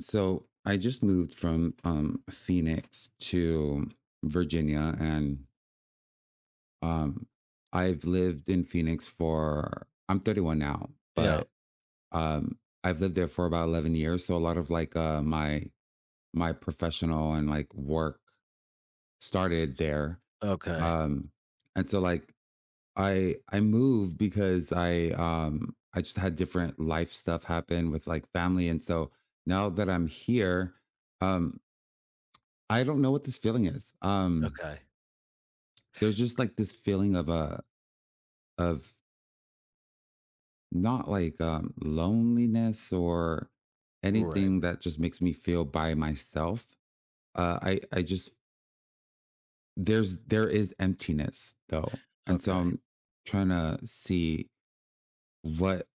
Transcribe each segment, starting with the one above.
So I just moved from Phoenix to Virginia, and um, I've lived in Phoenix for I'm 31 now, Yeah, but um, I've lived there for about 11 years. So a lot of my professional and like work started there, okay, um, and so like I moved because I just had different life stuff happen with like family, and so now that I'm here. Um, I don't know what this feeling is. Okay, There's just like this feeling of a of not like loneliness or right, anything that just makes me feel by myself. I just There is emptiness though, and so okay. I'm trying to see what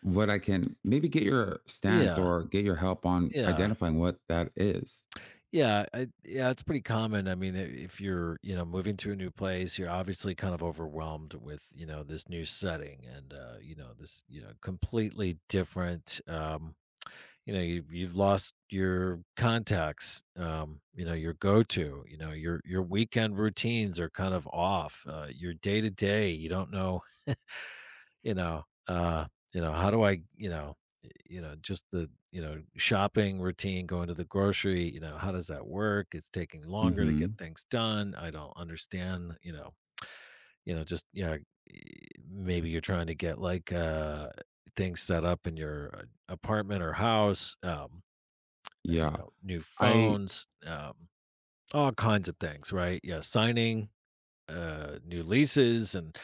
what I can maybe get your stance Yeah, or get your help on yeah, identifying what that is. yeah, I yeah, it's pretty common. I mean, I if you're, moving to a new place, you're obviously kind of overwhelmed with, this new setting and, this, completely different, you've lost your contacts, your go-to, your weekend routines are kind of off, your day-to-day, you don't know. You know, uh, how do I, just the, shopping routine, going to the grocery, how does that work? It's taking longer to Mm-hmm. get things done. I don't understand, just yeah, y- maybe you're trying to get like things set up in your apartment or house, Yeah. New I phones, all kinds of things, right? Yeah, signing new leases and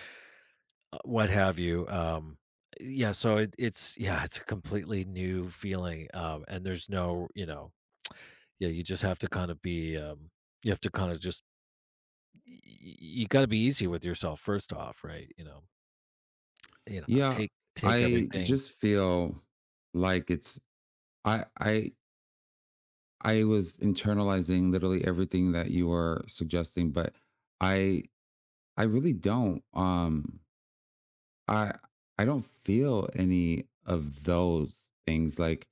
what have you, yeah, so it's yeah, it's a completely new feeling, and there's no, yeah, you just have to kinda be, you have to kinda just y y you gotta be easy with yourself first off, right, you know, yeah, take I everything. just feel like it's I I I was internalizing literally everything that you were suggesting, but I I really don't I I don't feel any of those things like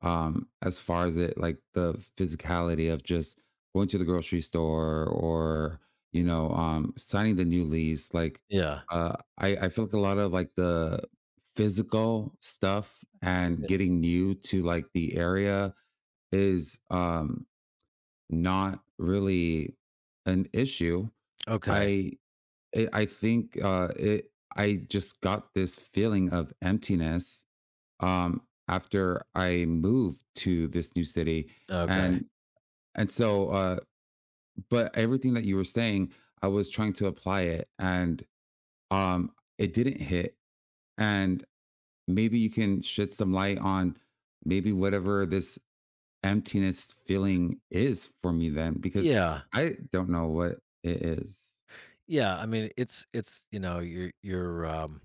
as far as it like the physicality of just going to the grocery store or signing the new lease like Yeah, I feel like a lot of like the physical stuff and yeah, getting new to like the area is not really an issue. okay, I I think it. I just got this feeling of emptiness after I moved to this new city, okay. and and but everything that you were saying, I was trying to apply it, and it didn't hit. And maybe you can shed some light on maybe whatever this emptiness feeling is for me then because Yeah, I don't know what it is. yeah, I mean, it's you know,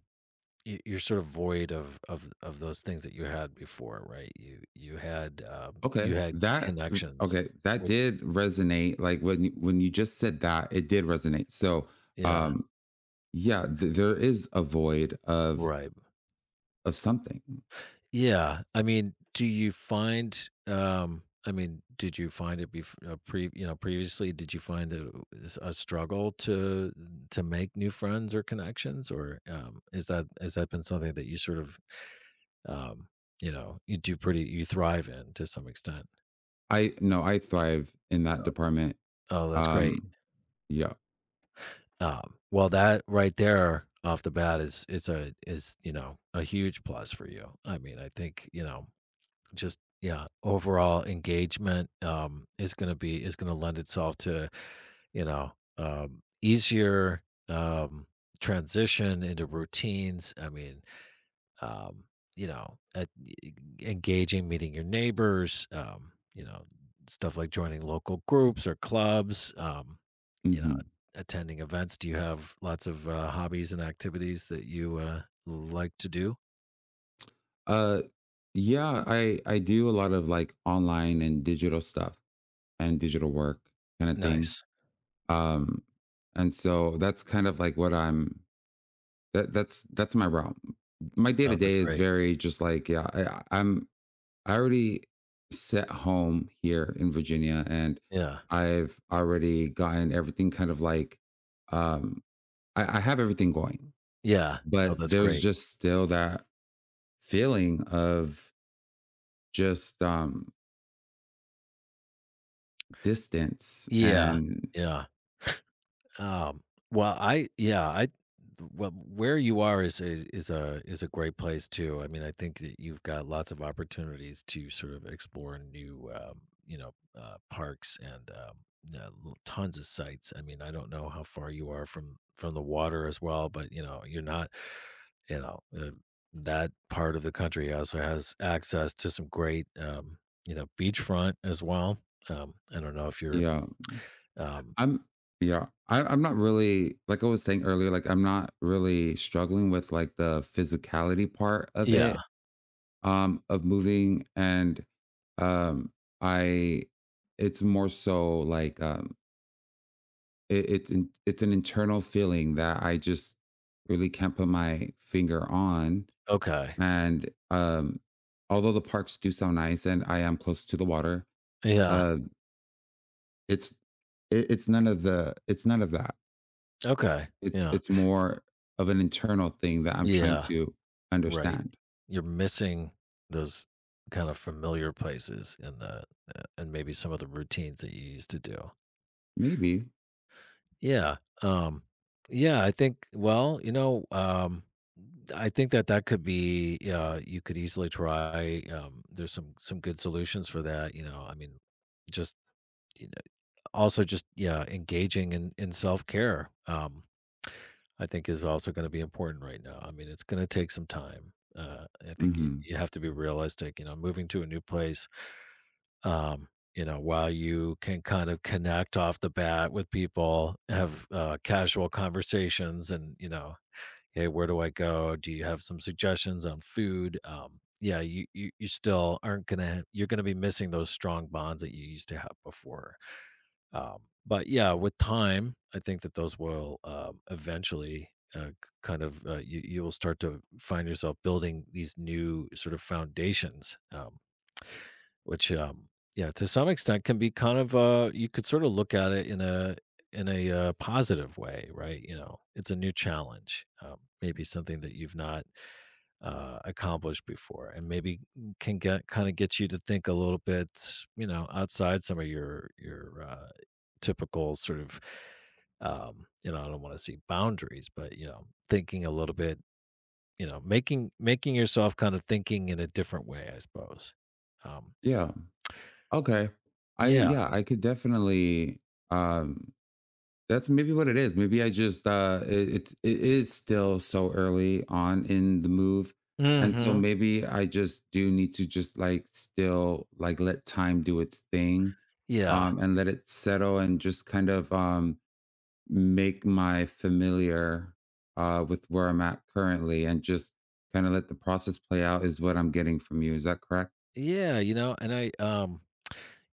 y you're sort of void of of those things that you had before, right? You had, you Okay, had that connections okay, that with. did resonate. Like when you just said that, it did resonate. So, Yeah, um, yeah, there is a void right. of something. Yeah, I mean, do you find, I mean, did you find it before? Uh, pre, previously, did you find that it was a struggle to make new friends or connections, or, is that, has that been something that you sort of, um, you do pretty, you thrive in to some extent? I no, I thrive in that department. Oh, that's great. Um, yeah. Well, that right there off the bat is a is, a huge plus for you. I mean, I think, just yeah overall engagement, is going to be, is going to lend itself to, you know easier, um transition into routines. I mean, um you know at, engaging, meeting your neighbors, you know, stuff like joining local groups or clubs, you know, Hmm. attending events. Do you have lots of hobbies and activities that you like to do? Uh, yeah, I do a lot of like online and digital stuff and digital work kind of thing Nice. um and so that's kind of like what I'm that that's my realm. My day to Oh, that's day is great. very just like I'm I already set home here in Virginia, and Yeah. I've already gotten everything kind of like um I have everything going, Yeah. Oh, but that's there's great. just still that feeling of just distance Yeah, and yeah. Um, well, I yeah, I well, where you are is, is a great place too. I mean, I think that you've got lots of opportunities to sort of explore new, parks and tons of sites. I mean, I don't know how far you are from the water as well, but you know, you're not, you know, uh, that part of the country also has access to some great, you know, beachfront as well. I don't know if you're yeah um, I'm yeah. I'm not really, like I was saying earlier, like I'm not really struggling with like the physicality part of yeah. it, of moving and um I it's more so like it's it's an internal feeling that I just really can't put my finger on. Okay. And although the parks do sound nice and I am close to the water, Yeah, uh it's it's none of the it's none of that. okay, yeah, It's more of an internal thing that I'm trying yeah, to right. understand. You're missing those kind of familiar places in the, and maybe some of the routines that you used to do. Maybe. Yeah, um, yeah, I think, well, you know, I think that that could be, you could easily try, there's some good solutions for that, you know, I mean, just, you know, also just yeah engaging in self-care, I think is also going to be important right now. I mean, it's going to take some time. I think Mhm. you have to be realistic. You know, moving to a new place, um you know, while you can kind of connect off the bat with people, have casual conversations, and you know, hey, where do I go? Do you have some suggestions on food? Yeah, you still aren't gonna, you're gonna be missing those strong bonds that you used to have before, um, but yeah, with time, I think that those will, eventually, uh, k- kind of, you, will start to find yourself building these new sort of foundations, which, yeah, to some extent can be kind of, you could sort of look at it in a positive way, right? You know, it's a new challenge, maybe something that you've not accomplished before, and maybe can get kind of, get you to think a little bit, you know, outside some of your typical sort of, you know, I don't want to see boundaries, but you know, thinking a little bit, you know, making yourself kind of thinking in a different way, I suppose, um, Yeah. Okay. Yeah. I could definitely um that's maybe what it is. Maybe I just it's it is still so early on in the move. And so Hmm. maybe I just do need to just like still like let time do its thing Yeah, and let it settle and just kind of make my familiar with where I'm at currently and just kind of let the process play out is what I'm getting from you. Is that correct? yeah, you know, and I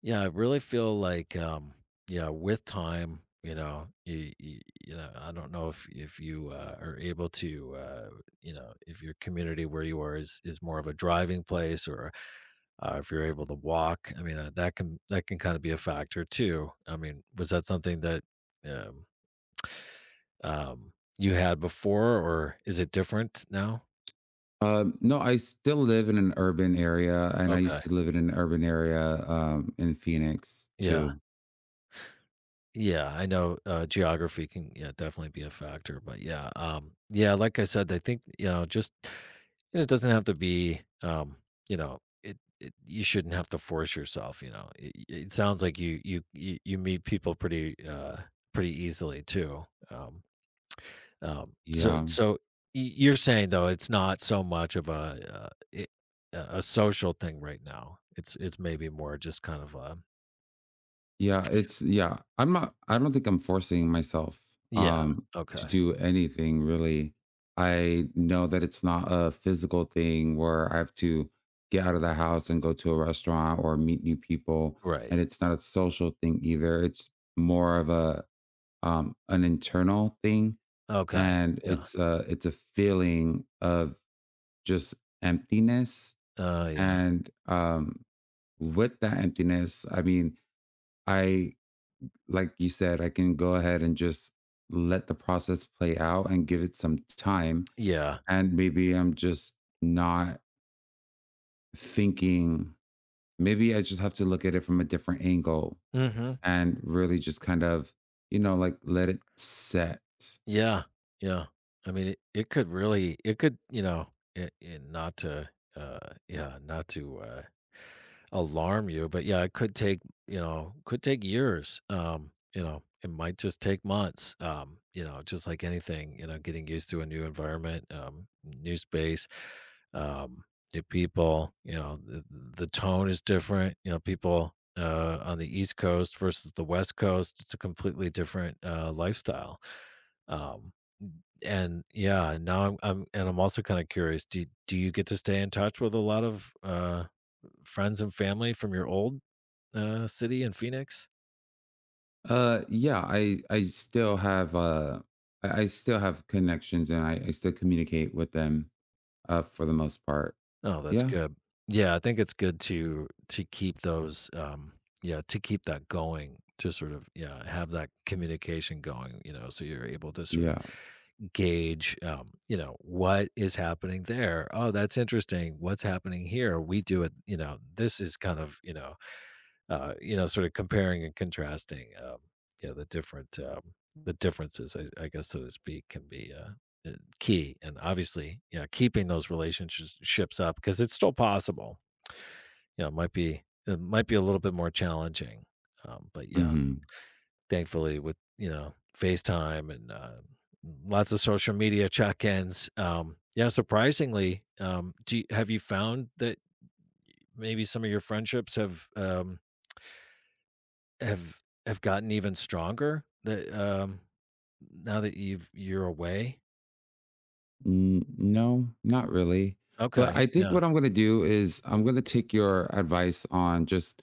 yeah, I really feel like, yeah, with time, you know, you know, I don't know if you, are able to, you know, if your community where you are is more of a driving place, or if you're able to walk. I mean, that can, kind of be a factor too. I mean, was that something that, um, um, you had before, or is it different now? No, I still live in an urban area and I Okay, used to live in an urban area in Phoenix yeah. too. Yeah, I know, geography can, yeah, definitely be a factor, but yeah, yeah, like I said, I think, you know, just it doesn't have to be, you know, it, you shouldn't have to force yourself, you know. It sounds like you meet people pretty pretty easily too. Um, Yeah. so you're saying though it's not so much of a, uh, i- a social thing right now. It's maybe more just kind of a, Yeah, it's yeah. I don't think I'm forcing myself yeah, um to okay. do anything really. I know that it's not a physical thing where I have to get out of the house and go to a restaurant or meet new people, Right. and it's not a social thing either. It's more of a an internal thing, Okay. and Yeah. It's a feeling of just emptiness. Oh, yeah. And with that emptiness, I mean, I, like you said, I can go ahead and just let the process play out and give it some time. Yeah. And maybe I'm just not thinking, maybe I just have to look at it from a different angle Mhm. and really just kind of, you know, like let it set. Yeah. Yeah. I mean, it could really, it could, you know, it, not to, uh yeah, not to, alarm you, but yeah, it could take, you know, could take years. You know, it might just take months. You know, just like anything, you know, getting used to a new environment, new space, um, new people, you know, the tone is different, you know, people on the East Coast versus the West Coast, it's a completely different lifestyle. Um and yeah, I'm, and I'm also kind of curious. Do you get to stay in touch with a lot of friends and family from your old city in Phoenix? Yeah, I still have I still have connections, and I still communicate with them for the most part. Oh, that's Yeah. good. Yeah, I think it's good to keep those, yeah, to keep that going, to sort of, yeah, have that communication going, you know, so you're able to sort of Yeah. gauge, you know, what is happening there. Oh, that's interesting. What's happening here? We do it, you know, this is kind of, you know, sort of comparing and contrasting, yeah, the different, the differences, I guess, so to speak, can be, key. And obviously, yeah, keeping those relationships up because it's still possible. You know, it might be a little bit more challenging, but yeah, Hmm. thankfully, with you know FaceTime and, lots of social media check-ins, yeah, surprisingly, do you, have you found that maybe some of your friendships have, Have have gotten even stronger, that, now that you've you're away? N no, not really, but Okay, I think yeah, what I'm gonna do is I'm gonna take your advice on just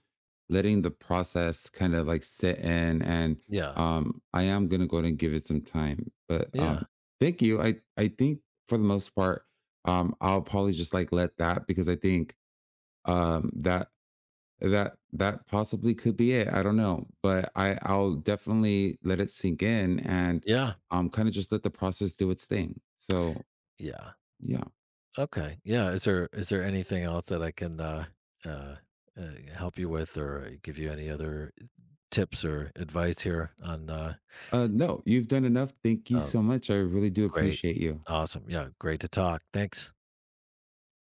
letting the process kinda, like, sit in, and, yeah, I am gonna go ahead and give it some time, but, yeah, thank you. I think for the most part, I'll probably just, like, let that because I think, um, that that that possibly could be it, I don't know, but I'll definitely let it sink in and, yeah, kinda just let the process do its thing, so, yeah, yeah. okay, yeah, is there, anything else that I can, uh, help you with, or give you any other tips or advice here on, No, you've done enough. Thank you oh, so much. I really do great, appreciate you. awesome, yeah, great to talk, thanks.